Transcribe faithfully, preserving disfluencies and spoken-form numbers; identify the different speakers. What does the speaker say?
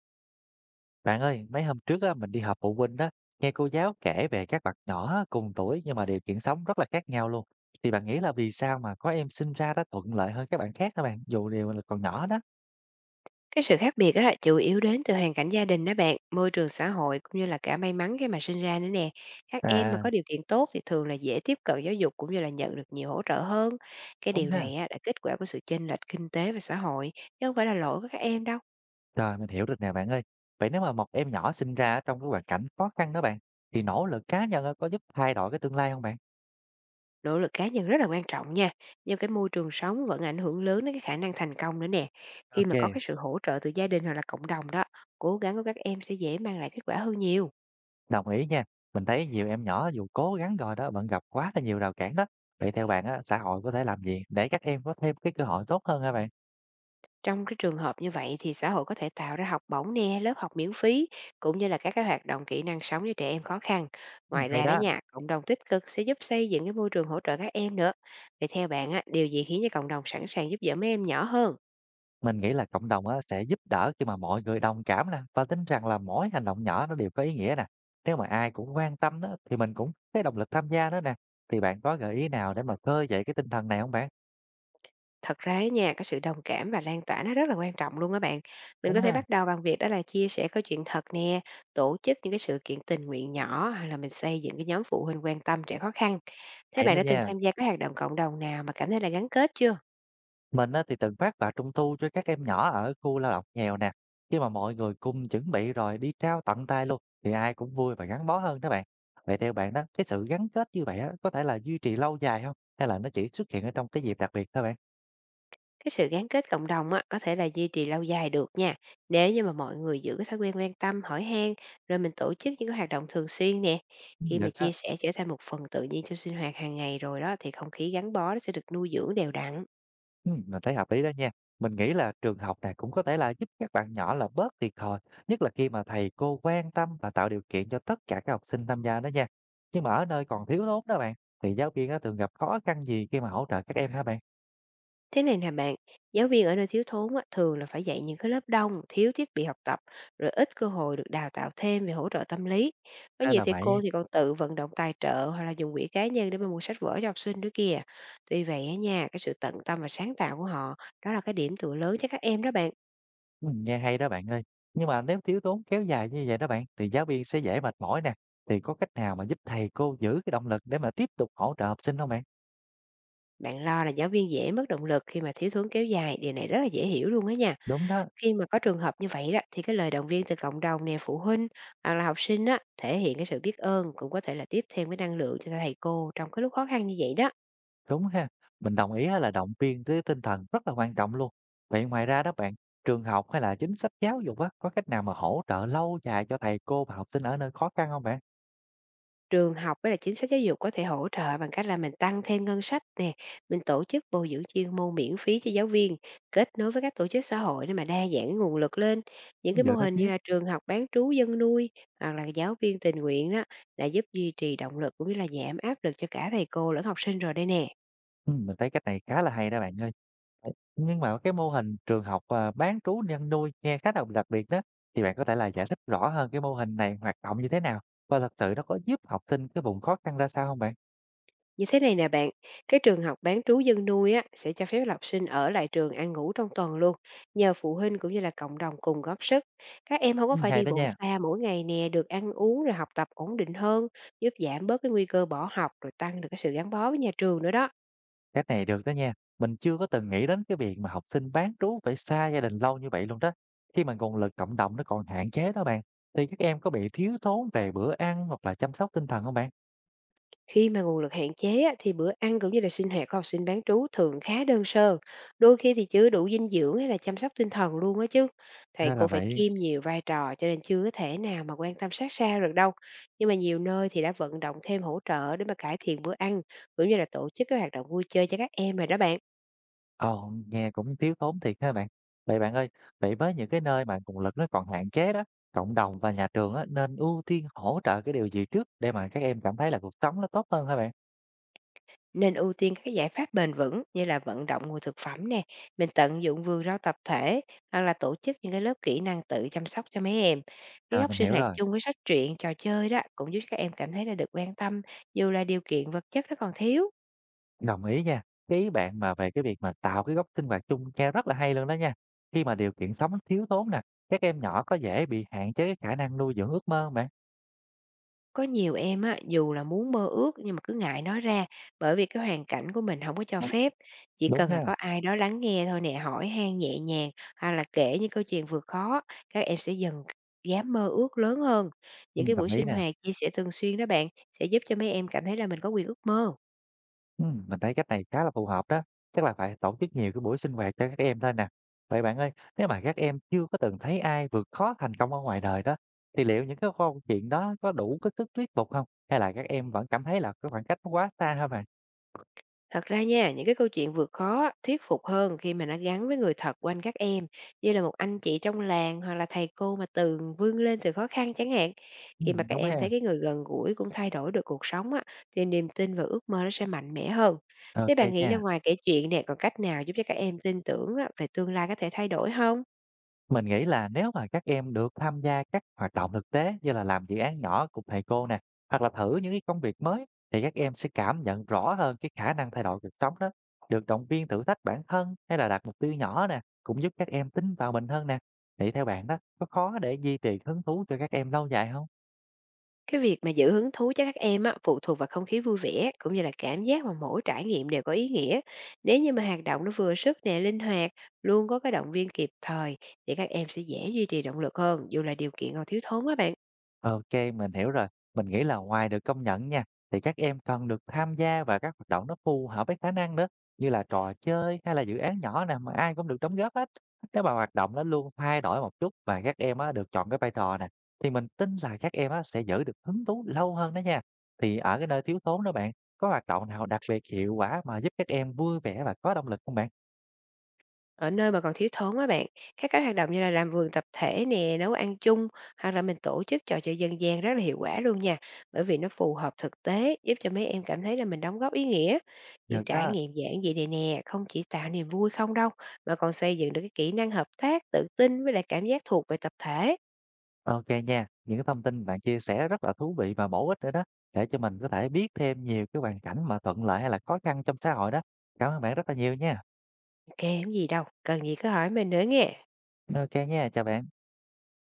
Speaker 1: Bạn ơi, mấy hôm trước á, mình đi họp phụ huynh đó, nghe cô giáo kể về các bạn nhỏ cùng tuổi nhưng mà điều kiện sống rất là khác nhau luôn. Thì bạn nghĩ là vì sao mà có em sinh ra đã thuận lợi hơn các bạn khác hả bạn, dù đều là còn nhỏ đó?
Speaker 2: Cái sự khác biệt á, chủ yếu đến từ hoàn cảnh gia đình đó bạn, môi trường xã hội cũng như là cả may mắn khi mà sinh ra nữa nè. Các em mà
Speaker 1: À,
Speaker 2: có điều kiện tốt thì thường là dễ tiếp cận giáo dục cũng như là nhận được nhiều hỗ trợ hơn. Cái
Speaker 1: đúng
Speaker 2: điều
Speaker 1: ha.
Speaker 2: này á, là kết quả của sự chênh lệch kinh tế và xã hội, chứ không phải là lỗi của các em đâu.
Speaker 1: Rồi, mình hiểu được nè bạn ơi. Vậy nếu mà một em nhỏ sinh ra ở trong cái hoàn cảnh khó khăn đó bạn, thì nỗ lực cá nhân á, có giúp thay đổi cái tương lai không bạn?
Speaker 2: Nỗ lực cá nhân rất là quan trọng nha, nhưng cái môi trường sống vẫn ảnh hưởng lớn đến cái khả năng thành công nữa nè. Khi
Speaker 1: Ok,
Speaker 2: mà có cái sự hỗ trợ từ gia đình hoặc là cộng đồng đó, cố gắng của các em sẽ dễ mang lại kết quả hơn nhiều.
Speaker 1: đồng ý nha. Mình thấy nhiều em nhỏ dù cố gắng rồi đó, vẫn gặp quá là nhiều rào cản đó. Vậy theo bạn á, xã hội có thể làm gì để các em có thêm cái cơ hội tốt hơn hả bạn?
Speaker 2: Trong cái trường hợp như vậy thì xã hội có thể tạo ra học bổng nè, lớp học miễn phí cũng như là các cái hoạt động kỹ năng sống cho trẻ em khó khăn.
Speaker 1: Ừ,
Speaker 2: Ngoài
Speaker 1: hay
Speaker 2: ra đó
Speaker 1: đó.
Speaker 2: nha, cộng đồng tích cực sẽ giúp xây dựng cái môi trường hỗ trợ các em nữa. Vậy theo bạn á, điều gì khiến cho cộng đồng sẵn sàng giúp đỡ mấy em nhỏ hơn?
Speaker 1: Mình nghĩ là cộng đồng á, sẽ giúp đỡ khi mà mọi người đồng cảm nè và tin rằng là mỗi hành động nhỏ nó đều có ý nghĩa nè. Nếu mà ai cũng quan tâm đó, thì mình cũng thấy động lực tham gia đó nè. Thì bạn có gợi ý nào để mà khơi dậy cái tinh thần này không bạn?
Speaker 2: Thật ra á nha, cái sự đồng cảm và lan tỏa nó rất là quan trọng luôn á bạn. Mình
Speaker 1: Đúng
Speaker 2: có thể
Speaker 1: ha,
Speaker 2: bắt đầu bằng việc đó là chia sẻ câu chuyện thật nè, tổ chức những cái sự kiện tình nguyện nhỏ hay là mình xây dựng cái nhóm phụ huynh quan tâm trẻ khó khăn. Thế
Speaker 1: hay
Speaker 2: bạn
Speaker 1: đó
Speaker 2: đã từng
Speaker 1: nha.
Speaker 2: tham gia các hoạt động cộng đồng nào mà cảm thấy là gắn kết chưa?
Speaker 1: Mình á, thì từng phát quà trung thu cho các em nhỏ ở khu lao động nghèo nè. Khi mà mọi người cùng chuẩn bị rồi đi trao tận tay luôn thì ai cũng vui và gắn bó hơn đó bạn. Vậy theo bạn đó, cái sự gắn kết như vậy á, có thể là duy trì lâu dài không? Hay là nó chỉ xuất hiện ở trong cái dịp đặc biệt thôi bạn?
Speaker 2: Cái sự gắn kết cộng đồng á, có thể là duy trì lâu dài được nha. Nếu như mà mọi người giữ cái thói quen quan tâm, hỏi han, rồi mình tổ chức những cái hoạt động thường xuyên nè.
Speaker 1: Ừ,
Speaker 2: Khi mà
Speaker 1: được á.
Speaker 2: chia sẻ trở thành một phần tự nhiên trong sinh hoạt hàng ngày rồi đó, thì không khí gắn bó nó sẽ được nuôi dưỡng đều đặn.
Speaker 1: Ừm, mình thấy hợp lý đó nha. Mình nghĩ là trường học này cũng có thể là giúp các bạn nhỏ là bớt thiệt thòi, nhất là khi mà thầy cô quan tâm và tạo điều kiện cho tất cả các học sinh tham gia đó nha. Nhưng mà ở nơi còn thiếu thốn đó bạn, thì giáo viên á, thường gặp khó khăn gì khi mà hỗ trợ các em hả bạn?
Speaker 2: Thế này nè bạn, giáo viên ở nơi thiếu thốn á, thường là phải dạy những cái lớp đông, thiếu thiết bị học tập, rồi ít cơ hội được đào tạo thêm về hỗ trợ tâm lý. Có
Speaker 1: Hay
Speaker 2: nhiều
Speaker 1: là
Speaker 2: thầy
Speaker 1: vậy,
Speaker 2: cô thì còn tự vận động tài trợ hoặc là dùng quỹ cá nhân để mà mua sách vở cho học sinh nữa kìa. Tuy vậy á nha, cái sự tận tâm và sáng tạo của họ, đó là cái điểm tựa lớn cho các em đó bạn.
Speaker 1: ừm, nghe hay đó bạn ơi. Nhưng mà nếu thiếu thốn kéo dài như vậy đó bạn, thì giáo viên sẽ dễ mệt mỏi nè. Thì có cách nào mà giúp thầy cô giữ cái động lực để mà tiếp tục hỗ trợ học sinh không bạn?
Speaker 2: Bạn lo là giáo viên dễ mất động lực khi mà thiếu thốn kéo dài, điều này rất là dễ hiểu luôn á nha.
Speaker 1: Đúng đó.
Speaker 2: Khi mà có trường hợp như vậy đó thì cái lời động viên từ cộng đồng nè, phụ huynh hoặc là học sinh á, thể hiện cái sự biết ơn cũng có thể là tiếp thêm cái năng lượng cho thầy cô trong cái lúc khó khăn như vậy đó.
Speaker 1: Đúng ha, mình đồng ý á là động viên tới tinh thần rất là quan trọng luôn. Vậy ngoài ra đó bạn, trường học hay là chính sách giáo dục á, có cách nào mà hỗ trợ lâu dài cho thầy cô và học sinh ở nơi khó khăn không bạn?
Speaker 2: Trường học với là chính sách giáo dục có thể hỗ trợ bằng cách là mình tăng thêm ngân sách nè, mình tổ chức bồi dưỡng chuyên môn miễn phí cho giáo viên, kết nối với các tổ chức xã hội để mà đa dạng cái nguồn lực lên. Những cái mô
Speaker 1: Được đó
Speaker 2: hình
Speaker 1: chứ.
Speaker 2: như là trường học bán trú dân nuôi hoặc là giáo viên tình nguyện đó đã giúp duy trì động lực cũng như là giảm áp lực cho cả thầy cô lẫn học sinh rồi đây nè.
Speaker 1: Ừ, mình thấy cách này khá là hay đó bạn ơi. Ê, nhưng mà cái mô hình trường học à, bán trú nhân nuôi nghe khá là đặc biệt đó. Thì bạn có thể là giải thích rõ hơn cái mô hình này hoạt động như thế nào và thật sự nó có giúp học sinh cái vùng khó khăn ra sao không bạn?
Speaker 2: Như thế này nè bạn, cái trường học bán trú dân nuôi á, sẽ cho phép học sinh ở lại trường ăn ngủ trong tuần luôn, nhờ phụ huynh cũng như là cộng đồng cùng góp sức. Các em không có
Speaker 1: Ừ,
Speaker 2: phải
Speaker 1: hay
Speaker 2: đi
Speaker 1: đó
Speaker 2: bộ
Speaker 1: nha.
Speaker 2: xa mỗi ngày nè, được ăn uống rồi học tập ổn định hơn, giúp giảm bớt cái nguy cơ bỏ học rồi tăng được cái sự gắn bó với nhà trường nữa đó.
Speaker 1: Cái này được đó nha. Mình chưa có từng nghĩ đến cái việc mà học sinh bán trú phải xa gia đình lâu như vậy luôn đó. Khi mà nguồn lực cộng đồng nó còn hạn chế đó bạn, thì các em có bị thiếu thốn về bữa ăn hoặc là chăm sóc tinh thần không bạn?
Speaker 2: Khi mà nguồn lực hạn chế á, thì bữa ăn cũng như là sinh hoạt của học sinh bán trú thường khá đơn sơ, đôi khi thì chưa đủ dinh dưỡng hay là chăm sóc tinh thần luôn á chứ. Thầy
Speaker 1: Hay là
Speaker 2: cô phải
Speaker 1: vậy?
Speaker 2: kiêm nhiều vai trò cho nên chưa có thể nào mà quan tâm sát sao được đâu. Nhưng mà nhiều nơi thì đã vận động thêm hỗ trợ để mà cải thiện bữa ăn, cũng như là tổ chức các hoạt động vui chơi cho các em rồi đó bạn.
Speaker 1: Ồ, nghe cũng thiếu thốn thiệt ha bạn. Vậy bạn ơi, vậy với những cái nơi mà nguồn lực nó còn hạn chế đó, cộng đồng và nhà trường á, nên ưu tiên hỗ trợ cái điều gì trước để mà các em cảm thấy là cuộc sống nó tốt hơn hả bạn?
Speaker 2: Nên ưu tiên các giải pháp bền vững như là vận động nguồn thực phẩm nè, mình tận dụng vườn rau tập thể hoặc là tổ chức những cái lớp kỹ năng tự chăm sóc cho mấy em. Cái
Speaker 1: Rồi
Speaker 2: góc
Speaker 1: mình
Speaker 2: sinh
Speaker 1: hiểu
Speaker 2: hoạt
Speaker 1: rồi.
Speaker 2: chung với sách truyện, trò chơi đó cũng giúp các em cảm thấy là được quan tâm dù là điều kiện vật chất nó còn thiếu.
Speaker 1: Đồng ý nha. Cái ý bạn mà về cái việc mà tạo cái góc sinh hoạt chung nghe rất là hay luôn đó nha. Khi mà điều kiện sống thiếu thốn nè, các em nhỏ có dễ bị hạn chế cái khả năng nuôi dưỡng ước mơ bạn.
Speaker 2: Có nhiều em á, dù là muốn mơ ước nhưng mà cứ ngại nói ra, bởi vì cái hoàn cảnh của mình không có cho phép. Chỉ
Speaker 1: Đúng
Speaker 2: cần là
Speaker 1: ha.
Speaker 2: có ai đó lắng nghe thôi nè, hỏi han nhẹ nhàng, hoặc là kể những câu chuyện vượt khó, các em sẽ dần dám mơ ước lớn hơn.
Speaker 1: Ừ,
Speaker 2: Những cái
Speaker 1: đồng
Speaker 2: buổi
Speaker 1: ý
Speaker 2: sinh
Speaker 1: nè.
Speaker 2: hoạt chia sẻ thường xuyên đó bạn, sẽ giúp cho mấy em cảm thấy là mình có quyền ước mơ.
Speaker 1: Ừ, mình thấy cách này khá là phù hợp đó. Chắc là phải tổ chức nhiều cái buổi sinh hoạt cho các em thôi nè. Vậy bạn ơi, nếu mà các em chưa có từng thấy ai vượt khó thành công ở ngoài đời đó, thì liệu những cái câu chuyện đó có đủ cái sức thuyết phục không? Hay là các em vẫn cảm thấy là cái khoảng cách nó quá xa hả bạn?
Speaker 2: Thật ra nha, những cái câu chuyện vượt khó thuyết phục hơn khi mà nó gắn với người thật quanh các em, như là một anh chị trong làng hoặc là thầy cô mà từng vươn lên từ khó khăn chẳng hạn.
Speaker 1: Ừ,
Speaker 2: Khi mà các
Speaker 1: đúng
Speaker 2: em
Speaker 1: ha.
Speaker 2: thấy cái người gần gũi cũng thay đổi được cuộc sống á, thì niềm tin và ước mơ nó sẽ mạnh mẽ hơn. Thế
Speaker 1: Ok
Speaker 2: bạn nghĩ ra
Speaker 1: nha.
Speaker 2: ngoài kể chuyện này còn cách nào giúp cho các em tin tưởng á, về tương lai có thể thay đổi không?
Speaker 1: Mình nghĩ là nếu mà các em được tham gia các hoạt động thực tế như là làm dự án nhỏ cùng thầy cô nè, hoặc là thử những cái công việc mới thì các em sẽ cảm nhận rõ hơn cái khả năng thay đổi cuộc sống đó. Được động viên thử thách bản thân hay là đạt mục tiêu nhỏ nè, cũng giúp các em tin vào mình hơn nè. Thì theo bạn đó, có khó để duy trì hứng thú cho các em lâu dài không?
Speaker 2: Cái việc mà giữ hứng thú cho các em á, phụ thuộc vào không khí vui vẻ cũng như là cảm giác mà mỗi trải nghiệm đều có ý nghĩa. Nếu như mà hoạt động nó vừa sức nè, linh hoạt, luôn có cái động viên kịp thời thì các em sẽ dễ duy trì động lực hơn dù là điều kiện còn thiếu thốn á bạn.
Speaker 1: OK, mình hiểu rồi. Mình nghĩ là ngoài được công nhận nha, thì các em cần được tham gia vào các hoạt động nó phù hợp với khả năng nữa, như là trò chơi hay là dự án nhỏ nè, mà ai cũng được đóng góp hết. Nếu mà hoạt động nó luôn thay đổi một chút và các em á, được chọn cái vai trò nè, thì mình tin là các em á, sẽ giữ được hứng thú lâu hơn đó nha. Thì ở cái nơi thiếu thốn đó bạn, có hoạt động nào đặc biệt hiệu quả mà giúp các em vui vẻ và có động lực không bạn?
Speaker 2: Ở nơi mà còn thiếu thốn á bạn, các cái hoạt động như là làm vườn tập thể nè, nấu ăn chung hoặc là mình tổ chức trò chơi dân gian rất là hiệu quả luôn nha. Bởi vì nó phù hợp thực tế, giúp cho mấy em cảm thấy là mình đóng góp ý nghĩa. Những
Speaker 1: Được
Speaker 2: trải
Speaker 1: đó.
Speaker 2: nghiệm giản dị này nè, không chỉ tạo niềm vui không đâu, mà còn xây dựng được cái kỹ năng hợp tác, tự tin với lại cảm giác thuộc về tập thể.
Speaker 1: Ok nha, những cái thông tin bạn chia sẻ rất là thú vị và bổ ích rồi đó, để cho mình có thể biết thêm nhiều cái hoàn cảnh mà thuận lợi hay là khó khăn trong xã hội đó. Cảm ơn bạn rất là nhiều nha.
Speaker 2: Kèm gì đâu, cần gì cứ hỏi mình nữa nghe.
Speaker 1: Ok nha, chào bạn.